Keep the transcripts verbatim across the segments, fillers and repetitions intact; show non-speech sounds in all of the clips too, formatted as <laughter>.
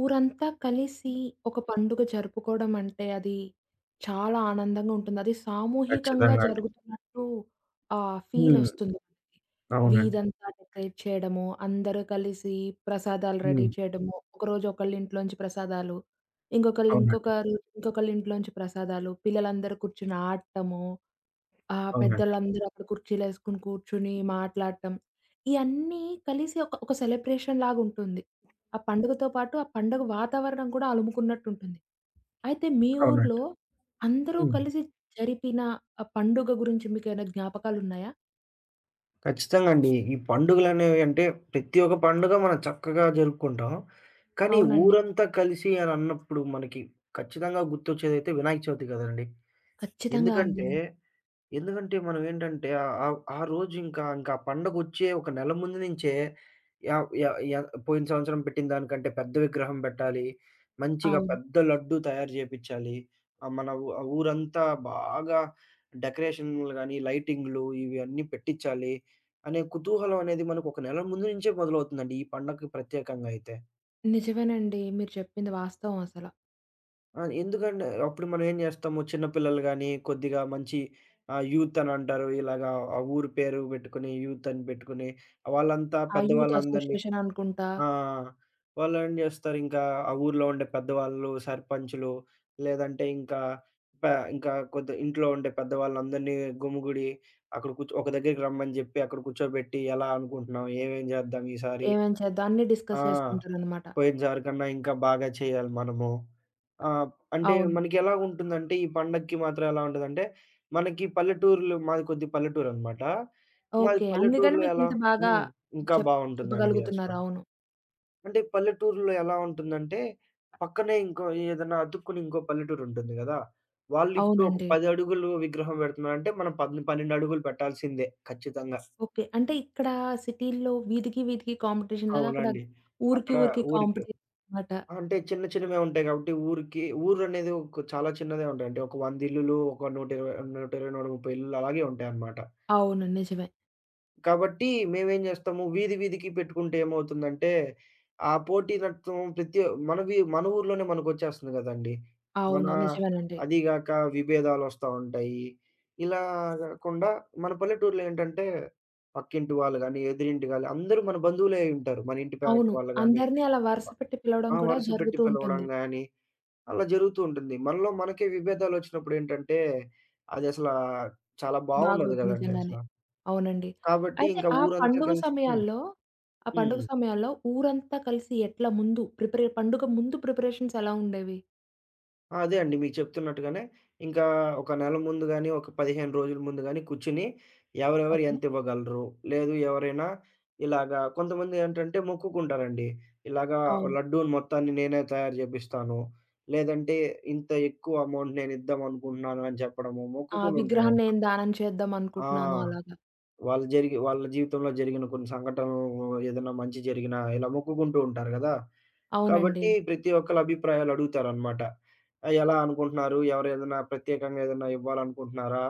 ఊరంతా కలిసి ఒక పండుగ జరుపుకోవడం అంటే అది చాలా ఆనందంగా ఉంటుంది. అది సామూహికంగా ఖచ్చితంగా అండి. జరుగుతున్నట్టు ఆహ్, ఫీల్ హ్మ్. ఒస్తుంది మనకి. అవునండి. వీధంతా డెకరేట్ చేయడము, అందరూ కలిసి ప్రసాదాలు రెడీ హ్మ్. చేయడము, ఒకరోజు ఒకళ్ళ ఇంట్లోంచి ప్రసాదాలు, ఇంకొకళ్ళు అవునండి. ఇంకొకరు ఇంకొకళ్ళ ఇంట్లోంచి ప్రసాదాలు, పిల్లలందరూ కూర్చొని ఆడటము. ఆ! అవునండి. పెద్దలందరూ అక్కడ కుర్చీలేసుకొని కూర్చుని మాట్లాడటం. ఇయన్నీ కలిసి ఒక ఒక సెలబ్రేషన్ లాగుంటుంది. ఆ పండుగతో పాటు ఆ పండుగ వాతావరణం కూడా అలుముకున్నట్టుంటుంది. అయితే మీ ఊర్లో అవునండి. అందరూ హ్మ్. కలిసి జరిపిన ఆ పండుగ గురించి మీకేమైనా జ్ఞాపకాలున్నాయా? ఖచ్చితంగా అండి. ఈ పండుగలనేవి అంటే ప్రతి ఒక్క పండుగ మనం చక్కగా జరుపుకుంటాం. కానీ అవునండి. ఊరంతా కలిసి అని అన్నప్పుడు మనకి ఖచ్చితంగా గుర్తొచ్చేదైతే వినాయక చవితి కదండీ! ఖచ్చితంగా అండి. ఎందుకంటే ఎందుకంటే మనం ఏంటంటే ఆహ్, ఆహ్, ఆ రోజు ఇంకా ఇంకా ఆ పండగొచ్చే ఒక నెల ముందు నుంచే యా యా యా పోయిన సంవత్సరం పెట్టిన దానికంటే పెద్ద విగ్రహం పెట్టాలి. మంచిగా అవును. పెద్ద లడ్డూ తయారు జేపిచ్చాలి. ఆహ్, మన ఊ ఆ ఊరంతా బాగా డెకరేషన్‌లు గాని, లైటింగ్‌లు ఇవి అన్నీ పెట్టిచ్చాలి అనే కుతూహలం అనేది మనకు ఒక నెల ముందు నుంచే మొదలవుతుందండి ఈ పండగకి ప్రత్యేకంగా అయితే. నిజమేనండి. మీరు చెప్పింది వాస్తవం అసల. ఆ, ఎందుకంటే అప్పుడు మనం ఏం జేస్తాము, చిన్న పిల్లలు గాని, కొద్దిగా మంచి ఆహ్, యూత్ అని అంటారు. ఇలాగా ఆ ఊరు పేరు బెట్టుకొని, యూత్ అని పెట్టుకొని, వాళ్ళంతా ఆ యూత్ పెద్దవాళ్ళందరినీ, అసోసియేషన్ అనుకుంటా, ఆ, వాళ్ళు ఏం జేస్తారు, ఇంకా ఆ ఊర్లో ఉండే పెద్దవాళ్ళు, సర్పంచులు, లేదంటే ఇంకా ప ఇంకా కొద్ది ఇంట్లో ఉండే పెద్దవాళ్ళందరినీ గుమిగూడి, అక్కడ కూర్చో ఒక దగ్గరికి రమ్మని జెప్పి, అక్కడ కూర్చోబెట్టి, ఎలా అనుకుంటున్నావు? ఏమేం జేద్దాం ఈసారి? ఏమేం చేద్దాం అన్నీ ఆ, డిస్కస్ చేసుకుంటారనమాట. పోయినసారి కన్నా ఇంకా బాగా చేయాలి మనము. ఆహ్, అంటే అవును. మనకెలా ఉంటుందంటే ఈ పండక్కి మాత్రం ఎలా ఉంటదంటే, మనకి పల్లెటూర్లు మాది కొద్ది పల్లెటూరనమాట. మాది ఓకే. అందుకని పల్లెటూరులో ఎలా మీకింత బాగా హ్మ్. ఇంకా చెప్ బావుంటుందండి అసల. చెప్పగలుగుతున్నారు. అవును. అంటే పల్లెటూరులో ఎలా ఉంటుందంటే, పక్కనే ఇంకో ఏదన్నా అతుక్కుని ఇంకో పల్లెటూరుంటుంది గదా! వాళ్ళిప్పుడు ఒక అవునండి. పది అడుగులు విగ్రహం పెడుతున్నారంటే, మనం పద్ పన్నెండు అడుగులు పెట్టాల్సిందే ఖచ్చితంగా. ఓకే. అంటే ఇక్కడ సిటీ‌ల్లో వీధికి, వీధికి కాంపిటీషన్ లాగా అక్కడ అవునండి. ఊరికి, అక్కడ ఊరికి ఊరికి కాంపిటీషన్ అన్నమాట. అంటే చిన్న చిన్నవే ఉంటాయి కాబట్టి ఊరికి ఊరనేది ఒక చాలా చిన్నదే ఉంటాయి. అంటే ఒక వంద ఇల్లులు, ఒక నూట ఇరవై నూట ఇరవై, నూట ముప్పై ఇల్లులు అలాగే ఉంటాయన్నమాట. అవును. నిజమే. కాబట్టి మేమేం చేస్తాము వీధి వీధికి పెట్టుకుంటే ఏమవుతుందంటే, ఆ పోటీతత్వం ప్రతి మన వి మన ఊర్లోనే మనకొచ్చేస్తుంది కదండీ. మన అవును. నిజమేనండి. అదీగాక విభేదాలొస్తా ఉంటాయి. ఇలా కాకుండా మన పల్లెటూరులో ఏంటంటే, పక్కింటి వాళ్ళు గాని, ఎదురింటి గాని అందరూ మన బంధువులే అయ్యుంటారు. మన ఇంటి పెరటి అవును. వాళ్ళు గాని, అందరిని అలా వరుస పెట్టి పిలవడం ఆ, కూడా వరుస పెట్టి జరుగుతూ పిలవడం ఉంటుంది. గాని అలా జరుగుతూ ఉంటుంది. మనలో మనకే విభేదాలొచ్చినప్పుడేంటంటే, అదసలా చాలా బావుండదు బాగోదు గదండీ నిజంగానే. అసల. అవునండి. కాబట్టి అయితే ఇంకా ఆ ఊరంతా పండుగ కలిసి హ్మ్. సమయాల్లో, ఆ హ్మ్. పండుగ హ్మ్. సమయాల్లో ఊరంతా కలిసి ఎట్లా ముందు ప్రిపరే పండుగ ముందు ప్రిపరేషన్స్ ఎలా ఉండేవి? అదే అండి. మీకు చెప్తున్నట్టుగానే ఇంకా ఒక నెల ముందు గాని, ఒక పదిహేను రోజుల ముందు గాని కూర్చొని ఎవరెవరు ఓకే. ఎంతివ్వగలరు? లేదు ఎవరైనా ఇలాగా కొంతమంది ఏంటంటే మొక్కుకుంటారండి. ఇలాగా అవును. లడ్డూని మొత్తాన్ని నేనే తయారు జేపిస్తాను. లేదంటే ఇంత ఎక్కువ అమౌంట్ నేనిద్దామనుకుంటున్నాను అని చెప్పడము ఆ! విగ్రహం నేను మొక్కుకొనుంటారనమాట. దానం చేద్దాం ఆ, అనుకుంటున్నాను అలాగా. వాళ్ళు జరిగి వాళ్ళ జీవితంలో జరిగిన కొన్ని సంఘటనలు ఏదైనా మంచి జరిగినా ఇలా మొక్కుకుంటూ ఉంటారు గదా! అవునండి. కాబట్టి ప్రతి ఒక్కళ్ళ అభిప్రాయాలు అడుగుతారనమాట. ఆహ్, ఎలా అనుకుంటున్నారు? ఎవరు ఏదైనా ప్రత్యేకంగా ఏదైనా ఇవ్వాలనుకుంటున్నారా?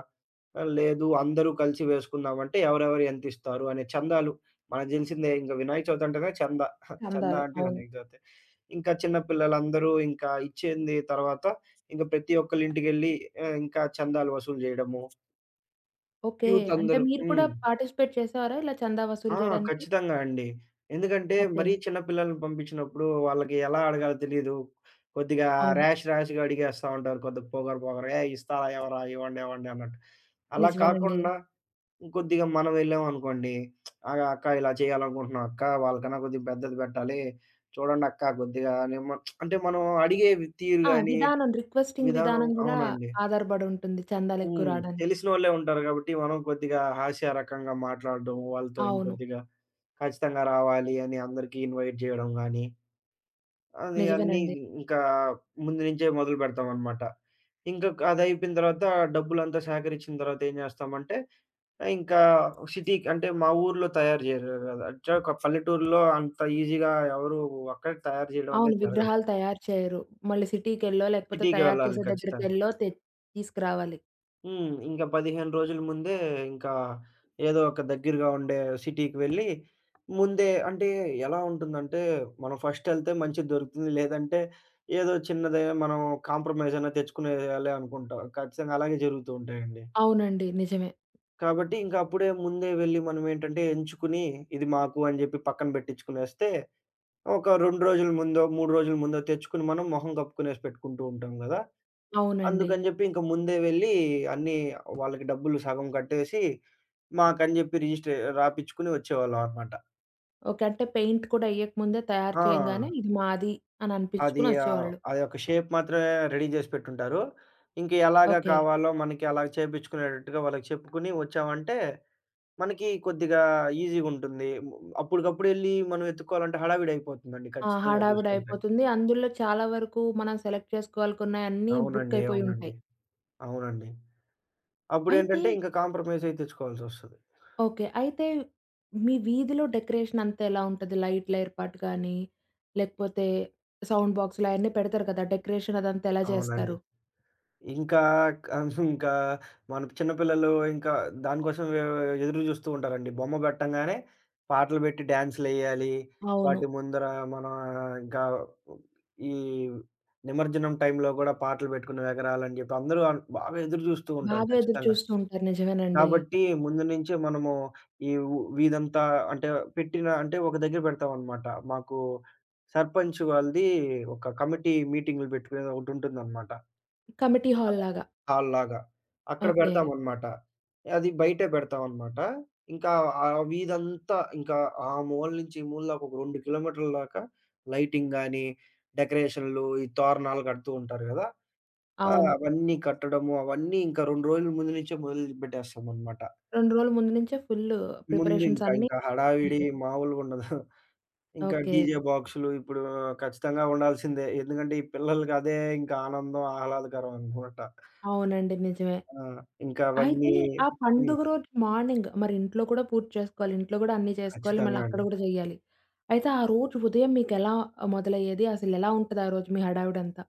ఆహ్, లేదు అందరూ కలిసి వేసుకుందామంటే ఎవరెవరు ఎంతిస్తారు అనే చందాలు. మనకు తెలిసిందే ఇంక వినాయక చవితి అంటేనే చందా. చందా చందాలు. అంటే అవును. వినాయక చవితే. ఇంకా చిన్న పిల్లలందరూ ఇంకా ఇచ్చేంది తర్వాత ఇంక ప్రతి ఒక్కళ్ళ ఇంటికెళ్ళి, ఆహ్, ఇంకా చందాలు వసూలు జేయడము. ఓకే. యూత్ అంటే అందరూ మీరు కూడా హ్మ్. పార్టిసిపేట్ చేసేవారా ఇలా చందా ఆ, వసూలు చేయడానికి? ఖచ్చితంగా అండి. ఎందుకంటే ఓకే. మరీ చిన్న పిల్లల్ని పంపించినప్పుడు వాళ్ళకి ఎలా అడగాలో తెలీదు. కొద్దిగా అవును. ర్యాష్ ర్యాష్‌గా అడిగేస్తా ఉంటారు. కొద్దిగా పొగరు పొగరు, "ఏయ్! ఇస్తారా ఇవ్వరా? ఇవ్వండి ఇవ్వండి" అన్నట్టు. అలా నిజమేనండి. కాకుండా కొద్దిగా మనం వెళ్ళామనుకోండి, "ఆగ అక్క ఇలా చేయాలనుకుంటున్నాం అక్క. వాళ్ళకన్నా కొద్దిగా పెద్దది పెట్టాలి. చూడండి అక్క కొద్దిగా" నిమ్మ అంటే మనం అడిగే వి తీరు ఆ! గాని, విధానం రిక్వెస్టింగ్ విధానం విధానం కూడా అవునండి. ఆధారపడి ఉంటుంది చందాలు ఎక్కువ హ్మ్. రాడానికి. తెలిసినోళ్ళే ఉంటారు కాబట్టి మనం కొద్దిగా హాస్య రకంగా మాట్లాడడం వాళ్ళతో అవును. ఇంకొద్దిగా ఖచ్చితంగా రావాలి అని అందరికి ఇన్వైట్ చేయడం గాని, అది అన్నీ నిజమేనండి. ఇంకా ముందు నుంచే మొదలు పెడతామనమాట. ఇంకా క్ అదయిపోయిన తర్వాత డబ్బులంతా సేకరించిన తర్వాత ఏం చేస్తామంటే, ఇంకా సిటీకి, అంటే మా ఊర్లో తయారు చేయరు కదా! అంటే ఒక పల్లెటూరులో అంత ఈజీగా ఎవరు అక్కడ తయారు చేయడం అవును. అనేది జరగదు. విగ్రహాలు తయారు చేయరు. మళ్ళీ సిటీకెళ్ళో లేకపోతే సిటీకి తయారు వెళ్ళాలి చేసే ఖచ్చితంగా. దగ్గరికెళ్ళో తె తీసుకురావాలి. హ్మ్. ఇంకా పదిహేను రోజుల ముందే ఇంకా ఏదో ఒక దగ్గరగా ఉండే సిటీకి వెళ్ళి, ముందే అంటే ఎలా ఉంటుందంటే, మనం ఫస్ట్ ఎళ్తే మంచిది దొరుకుతుంది. లేదంటే ఏదో చిన్నదే మనం కాంప్రమైజ్ అన్నా తెచ్చుకునేయాలి అనుకుంటాం. ఖచ్చితంగా అలాగే జరుగుతూ ఉంటాయండి. అవునండి. నిజమే. కాబట్టి ఇంక అప్పుడే ముందే వెళ్ళి మనం ఏంటంటే ఎంచుకుని, ఇది మాకు అని జెప్పి పక్కన బెట్టించుకునేస్తే, ఒక రెండు రోజుల ముందో, మూడు రోజుల ముందో తెచ్చుకొని మనం మొహం కప్పుకునేసి పెట్టుకుంటూ ఉంటాం గదా! అవునండి. అందుకని జెప్పి ఇంక ముందే వెళ్ళి అన్నీ వాళ్ళకి డబ్బులు సగం కట్టేసి, మాకని జెప్పి రిజిస్ట్రే రాపిచ్చుకుని వచ్చేవాళ్ళం అనమాట. ఓకే. అంటే పెయింట్ కూడా ఎయ్యక ముందే తయారు ఆ, చేయంగానే ఇది మాది అని అది, అనిపించుకొని ఆహ్, వచ్చేవాళ్ళు. అది ఒక షేప్ మాత్రమే రెడీ జేసి పెట్టుంటారు. ఇంక ఎలాగా ఓకే. కావాలో మనకి అలా చేపిచ్చుకునేటట్టుగా వాళ్ళకి చెప్పుకుని వచ్చామంటే, మనకి కొద్దిగా ఈజీగుంటుంది. ము అప్పటికప్పుడెళ్ళి మనం ఎతుక్కోవాలంటే హడావిడయిపోతుందండి ఆ! ఖచ్చితంగా చూసుకుంటే. హడావిడయిపోతుంది. అందులో చాలా వరకు మనం సెలెక్ట్ చేసుకోవాలనుకున్నయన్నీ బుక్ అవునండి. అయిపోయి అవునండి. ఉంటాయి. అవునండి. అయితే అప్పుడేంటంటే ఇంక కాంప్రమైజ్ అయి తెచ్చుకోవాల్సొస్తది. ఓకే. అయితే మీ వీధిలో డెకరేషన్ అంతా ఎలా ఉంటది? లైట్‌ల ఏర్పాటు గానీ, లేకపోతే సౌండ్ బాక్సులు అయన్నీ పెడతారు కదా! డెకరేషన్ అదంతా ఎలా అవునండి. చేస్తారు? ఇంకా అన్- <laughs> ఇంకా మన చిన్న పిల్లలు ఇంకా దానికోసం ఎ ఎదురు చూస్తూ ఉంటారండి. బొమ్మ పెట్టంగానే పాటలు పెట్టి డాన్స్‌లెయ్యాలి. అవును. వాటి ముందర మనం ఇంకా ఈ నిమజ్జనం టైంలో గూడా పాటలు పెట్టుకుని ఎగరాలని జెప్పి అందరూ అన్ బాగా ఎదురు జూస్తూ ఉంటారు బాగా ఎదురు ఖచ్చితంగా. చూస్తూ ఉంటారు. నిజమేనండి. కాబట్టి ముందు నుంచే మనము ఈ వు వీధంతా, అంటే పెట్టిన అంటే ఒక దగ్గర పెడతామనమాట. మాకు సర్పంచ్ వాళ్ళది ఒక కమిటీ మీటింగులు పెట్టుకునేది ఒకటుంటుందనమాట. కమిటీ హాల్ లాగా. హాల్‌లాగా. అక్కడ ఓకే. బెడతామనమాట. అది బయటే బెడతామనమాట. ఇంకా ఆ వీధంతా ఇంకా ఆ మూల నుంచి ఈ మూల దాకా ఒక రెండు కిలోమీటర్ల దాకా లైటింగ్ గాని, డెకరేషన్‌లు, ఈ తోరణాలు కడుతూ ఉంటారు గదా! ఆ, అవును. అవన్నీ కట్టడము, అవన్నీ ఇంకా రెండు రోజుల ముందు నుంచే మొదలుపెట్టేస్తామనమాట. రెండు రోజుల ముందు నుంచే ఫుల్లు ముందు ప్రిపరేషన్స్ ఇంకా అన్నీ ఇంకా హడావిడి ఉంటాయి. మామూలుగుండదు. ఇంకా ఓకే. డీజే బాక్సులు ఇప్పుడు ఖచ్చితంగా ఉండాల్సిందే. ఎందుకంటే ఈ పిల్లలకి అదే ఇంకా ఆనందం, ఆహ్లాదకరం అనమాట. అవునండి. నిజమే. ఆ, ఇంకా అయితే అవన్నీ ఆ హ్మ్. పండుగ రోజు మార్నింగ్ మరి ఇంట్లో కూడా పూర్తి చేసుకోవాలి. ఇంట్లో గూడా అన్నీ చేసుకోవాలి. మళ్ళీ ఖచ్చితంగా అక్కడ అండి. గూడా జేయాలి. అయితే ఆ రోజు ఉదయం మీకెలా మొదలయ్యేది? అసలెలా ఉంటది ఆ రోజు మీ హడావిడంతా?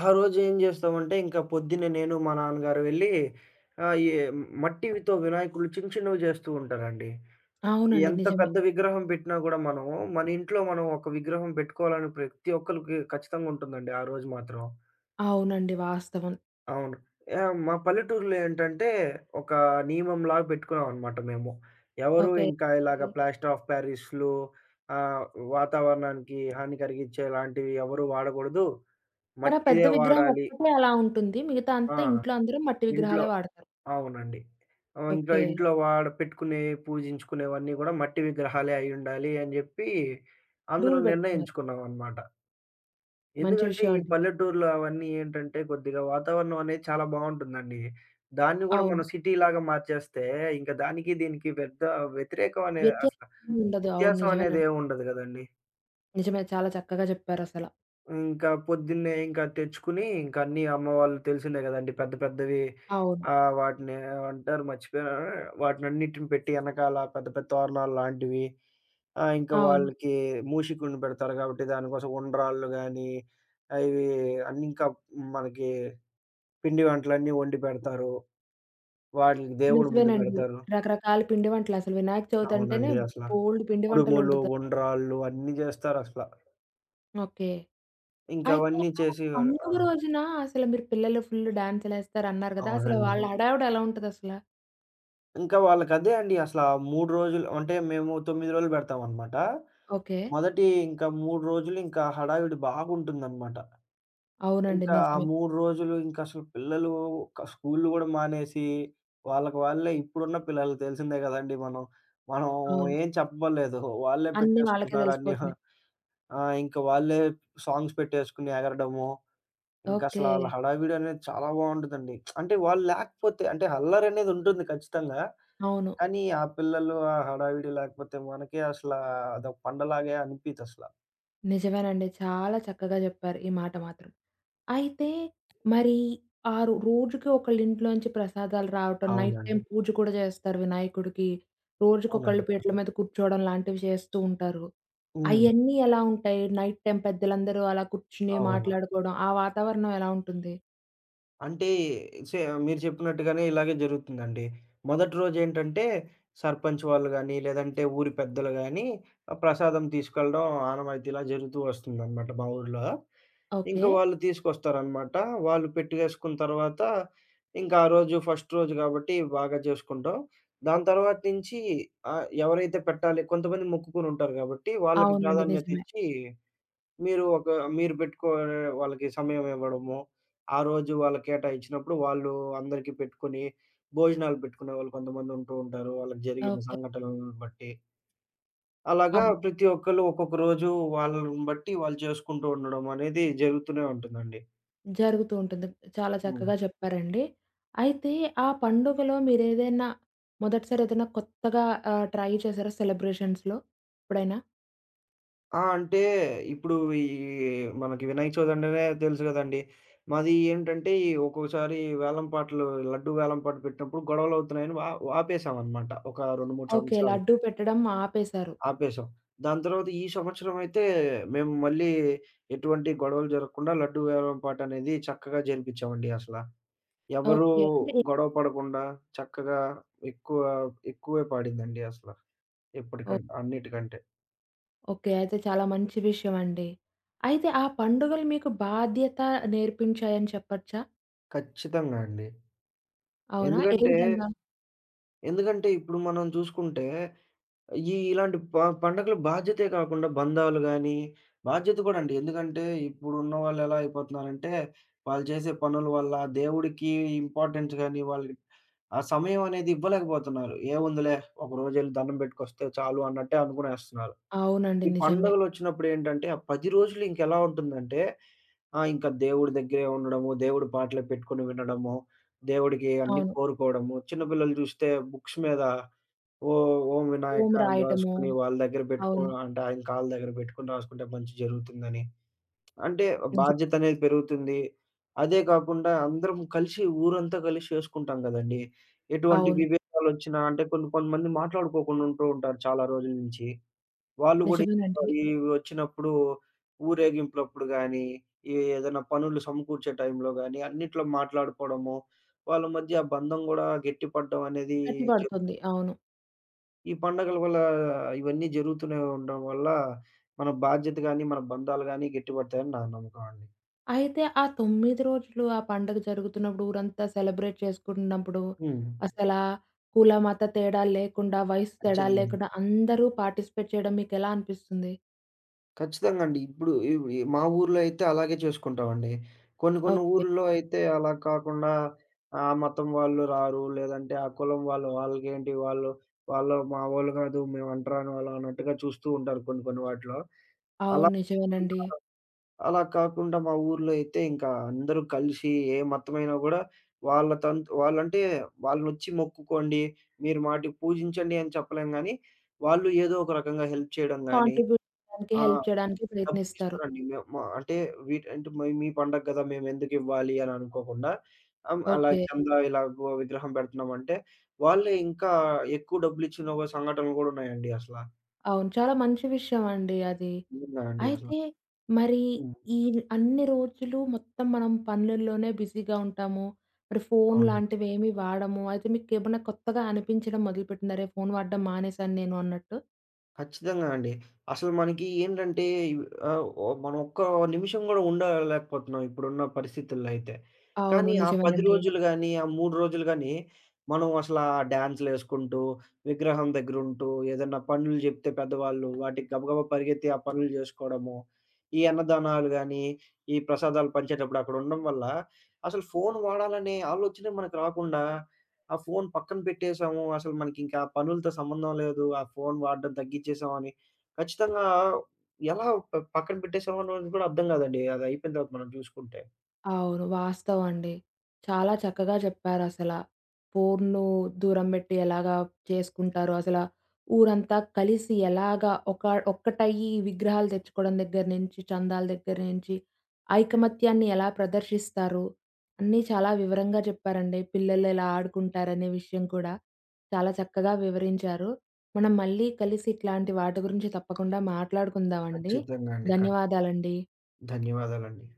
ఆ రోజు ఏం జేస్తామంటే, ఇంక పొద్దున్నే నేను, మా నాన్నగారు వెళ్లి, ఆహ్, ఈ మట్టివితో వినాయకులు చిన్న చిన్నవి జేస్తూ ఉంటారండి. అవునండి. ఎంత నిజమే. పెద్ద విగ్రహం పెట్టినా గూడా మనము, మన ఇంట్లో మనం ఒక విగ్రహం పెట్టుకోవాలని ప్రతి ఒక్కళ్ళకి ఖచ్చితంగా ఉంటుందండి ఆ రోజు మాత్రం. అవునండి. వాస్తవం. అవును. యాహ్! మా పల్లెటూరులో ఏంటంటే, ఒక నియమంలాగా పెట్టుకున్నామనమాట మేము. ఎవరు ఓకే. ఇంకా ఇలాగ ప్లాస్టర్ ఆఫ్ ప్యారిస్‌లు, ఆహ్, వాతావరణానికి హాని కలిగించే లాంటివి ఎవరు వాడకూడదు. మరి ఆ పెద్ద మట్టిదే విగ్రహం వాడాలి. ఒక్కటే అలా ఉంటుంది. మిగతా ఆ! అంతా ఇంట్లో అందరూ మట్టి ఇంట్లో విగ్రహాలే వాడతారు. అవునండి. ఆహ్, ఇంకా ఓకే. ఇంట్లో వాడ పెట్టుకునే, పూజించుకునేవన్నీ గూడా మట్టి విగ్రహాలే అయ్యుండాలి అని జెప్పి రూల్ అందరం పెట్టుకున్నారు. నిర్ణయించుకున్నామనమాట. మంచి ఎందుకంటే విషయం ఈ అండి. పల్లెటూరులో అవన్నీ ఏంటంటే కొద్దిగా వాతావరణం అనేది చాలా బావుంటుందండి. దాన్ని గూడా అవును. మనం సిటీలాగా మార్చేస్తే ఇంక దానికి దీనికి పెద్ద వ్యతిరేకం అనేది అసల వ్యత్యాసం ఉండదు. అవును. వ్యత్యాసం నిజమేనండి. అనేదేముండదు గదండీ! నిజమే. చాలా చక్కగా చెప్పారసల. ఇంకా పొద్దున్నే ఇంకా తెచ్చుకుని, ఇంక అన్నీ అమ్మ వాళ్ళు తెలిసిందే గదండీ! పెద్ద పెద్దవి, అవును. ఆహ్, వాటిని ఏమంటారు మర్చిపోయాను. వాటినన్నిటిని పెట్టి ఎనకాల పెద్ద పెద్ద తోరణాలు లాంటివి, ఆహ్, ఇంకా అవును. వాళ్ళకి మూషికుండి పెడతారు గాబట్టి, దానికోసం ఉండ్రాళ్ళు గానీ, ఆహ్, ఇవి అన్నీ ఇంకా మనకి పిండి వంటలన్నీ వండి పెడతారు. వాటిలికి దేవుడి ముందు నిజమేనండి. బెడతారు. రకరకాల పిండి వంటలు అసలు వినాయక చవితి అంటేనే అవునండి. అసల. బోలెడు పిండి వంటలు కుడుములు, వండుతారు. ఉండ్రాళ్ళు అన్నీ జేస్తారసల. ఓకే. అయితే ఇంకవన్నీ ఆ చేసి ఆ! పండుగ రోజున అసలు మీరు పిల్లలు ఫుల్ డాన్సులేస్తారన్నారు గదా! అసలు అవునండి. వాళ్ళ హడావిడి ఎలా ఉంటదసల? ఇంకా వాళ్ళకదే అండి. అసలా మూడు రోజులు అంటే మేము తొమ్మిది రోజులు పెడతామనమాట. ఓకే. మొదటి ఇంకా మూడు రోజులు ఇంకా హడావిడి బాగుంటుందనమాట. అవునండి. ఇంకా ఆ నిజమే. మూడు రోజులు ఇంకా అసలు పిల్లలు క స్కూల్లు గూడా మానేసి, వాళ్ళకి వాళ్ళే ఇప్పుడున్న పిల్లలు తెలిసిందే గదండీ మనం. మనం అవును. ఏం చెప్పలేదు. వాళ్ళే అన్నీ వాళ్ళకే పెట్టేసుకుంటున్నారు అన్నీ. తెలిసిపోతున్నాయి. ఆ, ఇంకా వాళ్ళే సాంగ్స్ పెట్టేసుకొని ఎగరడము. ఇంకసల ఓకే. ఆళ్ళ హడావిడి అనేది చాలా బావుంటదండి. అంటే వాళ్ళు లేకపోతే అంటే అల్లరనేది ఉంటుంది ఖచ్చితంగా. అవును. కానీ ఆ పిల్లలు ఆ హడావిడి లేకపోతే మనకే అసలా అదొక పండలాగే అనిపియదసల. నిజమేనండి. చాలా చక్కగా జెప్పారు ఈ మాట మాత్రం. అయితే మరి ఆ రో రోజుకి ఒకళ్ళింట్లోంచి ప్రసాదాలు రావటం, నైట్ టైమ్ అవునండి. పూజ కూడా చేస్తారు వినాయకుడికి. రోజుకొకళ్ళు అవునండి. పీటల మీద కూర్చోవడం లాంటివి చేస్తూ ఉంటారు. హ్మ్. అయన్నీ ఎలా ఉంటాయి? నైట్ టైమ్ పెద్దలందరూ అలా కూర్చుని అవును. మాట్లాడుకోవడం, ఆ వాతావరణం ఎలా ఉంటుంది? అంటే సే మీరు చెప్పినట్టుగానే ఇలాగే జరుగుతుందండి. మొదటి రోజేంటంటే సర్పంచ్ వాళ్ళు గాని, లేదంటే ఊరి పెద్దలు గాని, ఆహ్, ప్రసాదం తీసుకెళ్ళడం ఆనవాయితీ ఇలా జరుగుతూ వస్తుందనమాట మా ఊర్లో. ఓకే. ఇంకా వాళ్ళు తీసుకొస్తారనమాట. వాళ్ళు పెట్టేసుకున్న తర్వాత ఇంకా ఆ రోజు ఫస్ట్ రోజు కాబట్టి బాగా చేసుకుంటాం. దాని తర్వాత నుంచి, ఆహ్, ఎవరైతే పెట్టాలి కొంతమంది మొక్కుకొని ఉంటారు కాబట్టి వాళ్ళకి అవునండి. ప్రాధాన్యత నిజమే. ఇచ్చి మీరు ఒక మీరు పెట్టుకోనే వాళ్ళకి సమయం ఇవ్వడము. ఆ రోజు వాళ్ళకి కేటాయించినప్పుడు వాళ్ళు అందరికీ పెట్టుకొని, భోజనాలు పెట్టుకునేవాళ్ళు కొంతమందుంటూ ఉంటారు. వాళ్ళకి జరిగిన ఓకే. సంఘటనలను బట్టి. అలాగా అవును. ప్రతి ఒక్కళ్ళు ఒక్కొక్క రోజు వాళ్ళని బట్టి వాళ్ళు చేసుకుంటూ ఉండడం అనేది జరుగుతూనే ఉంటుందండి. జరుగుతూ ఉంటుంది. చాలా హ్మ్. చక్కగా చెప్పారండి. అయితే ఆ పండుగలో మీరేదైనా మొదటిసారి ఏదైనా కొత్తగా ఆహ్, ట్రై చేశారా సెలబ్రేషన్స్‌లో ఎప్పుడైనా? ఆ, అంటే ఇప్పుడు ఈ మనకి వినాయక చవితి అంటేనే తెలుసు గదండీ. మాది ఏంటంటే ఈ ఒక్కొక్కసారి వేలం పాటలు లడ్డూ వేలం పాట పెట్టినప్పుడు గొడవలవుతున్నాయని ఆ ఆపేసామన్నమాట. ఒక రెండు, మూడు ఓకే. సంవత్సరాలు. లడ్డూ పెట్టడం ఆపేశారు. ఆపేసాం. దాని తర్వాత ఈ సంవత్సరమైతే మేము మళ్ళీ ఎటువంటి గొడవలు జరగకుండా లడ్డూ వేలం పాట అనేది చక్కగా జరిపిచ్చామండి అసల. ఎవరు ఓకే. అంటే గొడవ పడకుండా చక్కగా ఎక్కువ ఎక్కువే పాడిందండి అసల. ఓహ్! ఎప్పటికంటే అన్నిటికంటే. ఓకే. అయితే చాలా మంచి విషయం అండి. అయితే ఆ పండుగలు మీకు బాధ్యత నేర్పించాయని చెప్పచ్చా? ఖచ్చితంగా అండి. అవునా? ఏ ఎందుకంటే, విధంగా? ఎందుకంటే ఇప్పుడు మనం చూసుకుంటే ఈ ఇలాంటి ప పండగలు బాధ్యతే కాకుండా బంధాలు గాని, బాధ్యత కూడా అండి. ఎందుకంటే ఇప్పుడున్న వాళ్ళు ఎలా అయిపోతున్నారంటే, వాళ్ళు చేసే పనుల వల్ల దేవుడికి ఇంపార్టెన్స్ గాని, వాళ్ళకి ఆ సమయం అనేది ఇవ్వలేకపోతున్నారు. ఏముందిలే ఒకరోజెళ్లి దండం పెట్టుకొస్తే చాలు అన్నట్టే అనుకునేస్తున్నారు. అవునండి. ఈ నిజమే. పండుగలొచ్చినప్పుడు ఏంటంటే, ఆ పది రోజులు ఇంకెలా ఉంటుందంటే, ఆహ్, ఇంకా దేవుడి దగ్గరే ఉండడము, దేవుడి పాటలే పెట్టుకొని వినడము, దేవుడికి అన్నీ అవును. కోరుకోవడము. చిన్న పిల్లలు చూస్తే బుక్స్ మీద ఓహ్! ఓం ఓం వినాయక అని రాయటము. రాసుకొని వాళ్ళ దగ్గర పెట్టుకో అవును. అంటే ఆయన కాళ్ళ దగ్గర పెట్టుకొని రాసుకుంటే మంచి జరుగుతుందని. అంటే నిజం. బాధ్యత అనేది పెరుగుతుంది. అదే కాకుండా అందరం కలిసి ఊరంతా కలిసి చేసుకుంటాం గదండీ! ఎటువంటి అవును. విభేదాలొచ్చినా అంటే కొన్ని కొంతమంది మాట్లాడుకోకుండా ఉంటూ ఉంటారు చాలా రోజుల నుంచి. వాళ్ళు గూడా నిజమేనండి. ఇవి వచ్చినప్పుడు ఊరేగింపులప్పుడు గానీ, ఈ ఏదైనా పనులు సమకూర్చే టైంలో గానీ అన్నిట్లో మాట్లాడుకోవడము, వాళ్ళ మధ్య ఆ బంధం గూడా గట్టిపడడం అనేది గట్టి జరుగుతుంది. పడుతుంది. అవును. ఈ పండగల వల్ల ఇవన్నీ జరుగుతూనే ఉండడం వల్ల, మన బాధ్యత గాని, మన బంధాలు గాని గట్టిపడతాయని నా నమ్మకం అండి. అయితే ఆ తొమ్మిది రోజులు ఆ పండగ జరుగుతున్నప్పుడు ఊరంతా సెలబ్రేట్ చేసుకుంటున్నప్పుడు హ్మ్. అసలా కుల, మత తేడా లేకుండా, వయసు తేడా ఖచ్చితంగా. లేకుండా అందరూ పార్టిసిపేట్ చేయడం మీకెలా అనిపిస్తుంది? ఖచ్చితంగా అండి. ఇప్పుడు ఇవ్ ఈ మా ఊర్లో అయితే అలాగే చేసుకుంటామండి. కొన్ని కొన్ని ఓకే. ఊర్లో అయితే అలా కాకుండా ఆ మతం వాళ్ళు రారు. లేదంటే ఆ కులం వాళ్ళు వాళ్ళకేంటి వాళ్ళు, వాళ్ళు మా వోళ్ళు కాదు. మేము అంటరాని వాళ్ళం అన్నట్టుగా చూస్తూ ఉంటారు కొన్ని కొన్ని వాటిలో. అవును. అలా నిజమేనండి. అలా కాకుండా మా ఊర్లో అయితే ఇంకా అందరూ కలిసి ఏ మతమైనా గూడా వాళ్ళ తంతు వాళ్ళంటే వాళ్ళనొచ్చి మొక్కుకోండి, మీరు మాటికి పూజించండి అని చెప్పలేం గానీ, వాళ్ళు ఏదో ఒక రకంగా హెల్ప్ చేయడం గానీ, కాంట్రిబ్యూట్ చేయడానికి, ఆ, హెల్ప్ చేయడానికి ప్రయత్నిస్తారు. డబ్బులిస్తారండి. మే మా అంటే వీటి అంటే మ మీ పండగ గదా! మేమెందుకివ్వాలి అని అనుకోకుండా ఆహ్, అలా ఓకే. చందా ఇలా గో విగ్రహం పెడుతున్నామంటే, వాళ్ళే ఇంకా ఎక్కువ డబ్బులిచ్చిన ఒక సంఘటనలు గూడా ఉన్నాయండి అసల. అవును. చాలా మంచి విషయం అండి అది. నిజంగా అండి అసల. అయితే మరి హ్మ్. ఈ అన్ని రోజులు మొత్తం మనం పనులలోనే బిజీగా ఉంటాము. మరి ఫోను అవునండి. లాంటివేమి వాడము. అయితే మీకేమన్నా కొత్తగా అనిపించడం మొదలుపెట్టిందా? అరే! ఫోను వాడడం మానేశాను నేను అన్నట్టు? ఖచ్చితంగా అండి. అసలు మనకి ఏంటంటే ఇవ్ ఆహ్, ఓ మనం ఒక్క నిమిషం గూడా ఉండలేకపోతున్నాం ఇప్పుడున్న పరిస్థితుల్లో అయితే. అవును. కానీ ఆ పది నిజమేనండి. రోజులు గాని, ఆ మూడు రోజులు గాని మనం అసలా డాన్సులేసుకుంటూ, విగ్రహం దగ్గరుంటూ, ఏదన్నా పనులు జెప్తే పెద్దవాళ్ళు వాటికి గబగబా పరిగెత్తి ఆ పనులు జేసుకోవడము. ఈ అన్నదానాలు గాని, ఈ ప్రసాదాలు పంచేటప్పుడు అక్కడుండడం వల్ల అసలు ఫోను వాడాలనే ఆలోచనే మనకు రాకుండా ఆ ఫోను పక్కన పెట్టేసాము. అసలు మనకింకా పనులతో సంబంధం లేదు. ఆ ఫోను వాడడం తగ్గిచ్చేసాం అని ఖచ్చితంగా ఎలా ప పక్కన పెట్టేసామో అనేది కూడా అర్థం కాదండి. అది అయిపోయిన తర్వాత మనం చూసుకుంటే. అవును. వాస్తవమండి. చాలా చక్కగా చెప్పారసల. ఫోన్‌ను దూరం బెట్టి ఎలాగా చేసుకుంటారు, అసల ఊరంతా కలిసి ఎలాగా ఒక ఒక్కటయ్యి విగ్రహాలు తెచ్చుకోవడం దగ్గర నుంచి, చందాల దగ్గర నుంచి, ఐకమత్యాన్ని ఎలా ప్రదర్శిస్తారు, అన్నీ చాలా వివరంగా చెప్పారండి. పిల్లలు ఎలా ఆడుకుంటారనే విషయం కూడా చాలా చక్కగా వివరించారు. మనం మళ్ళీ కలిసి ఇట్లాంటి వాటి గురించి తప్పకుండా మాట్లాడుకుందామండి. ఖచ్చితంగా అండి. ఖచ్చి ధన్యవాదాలండి. ధన్యవాదాలండి.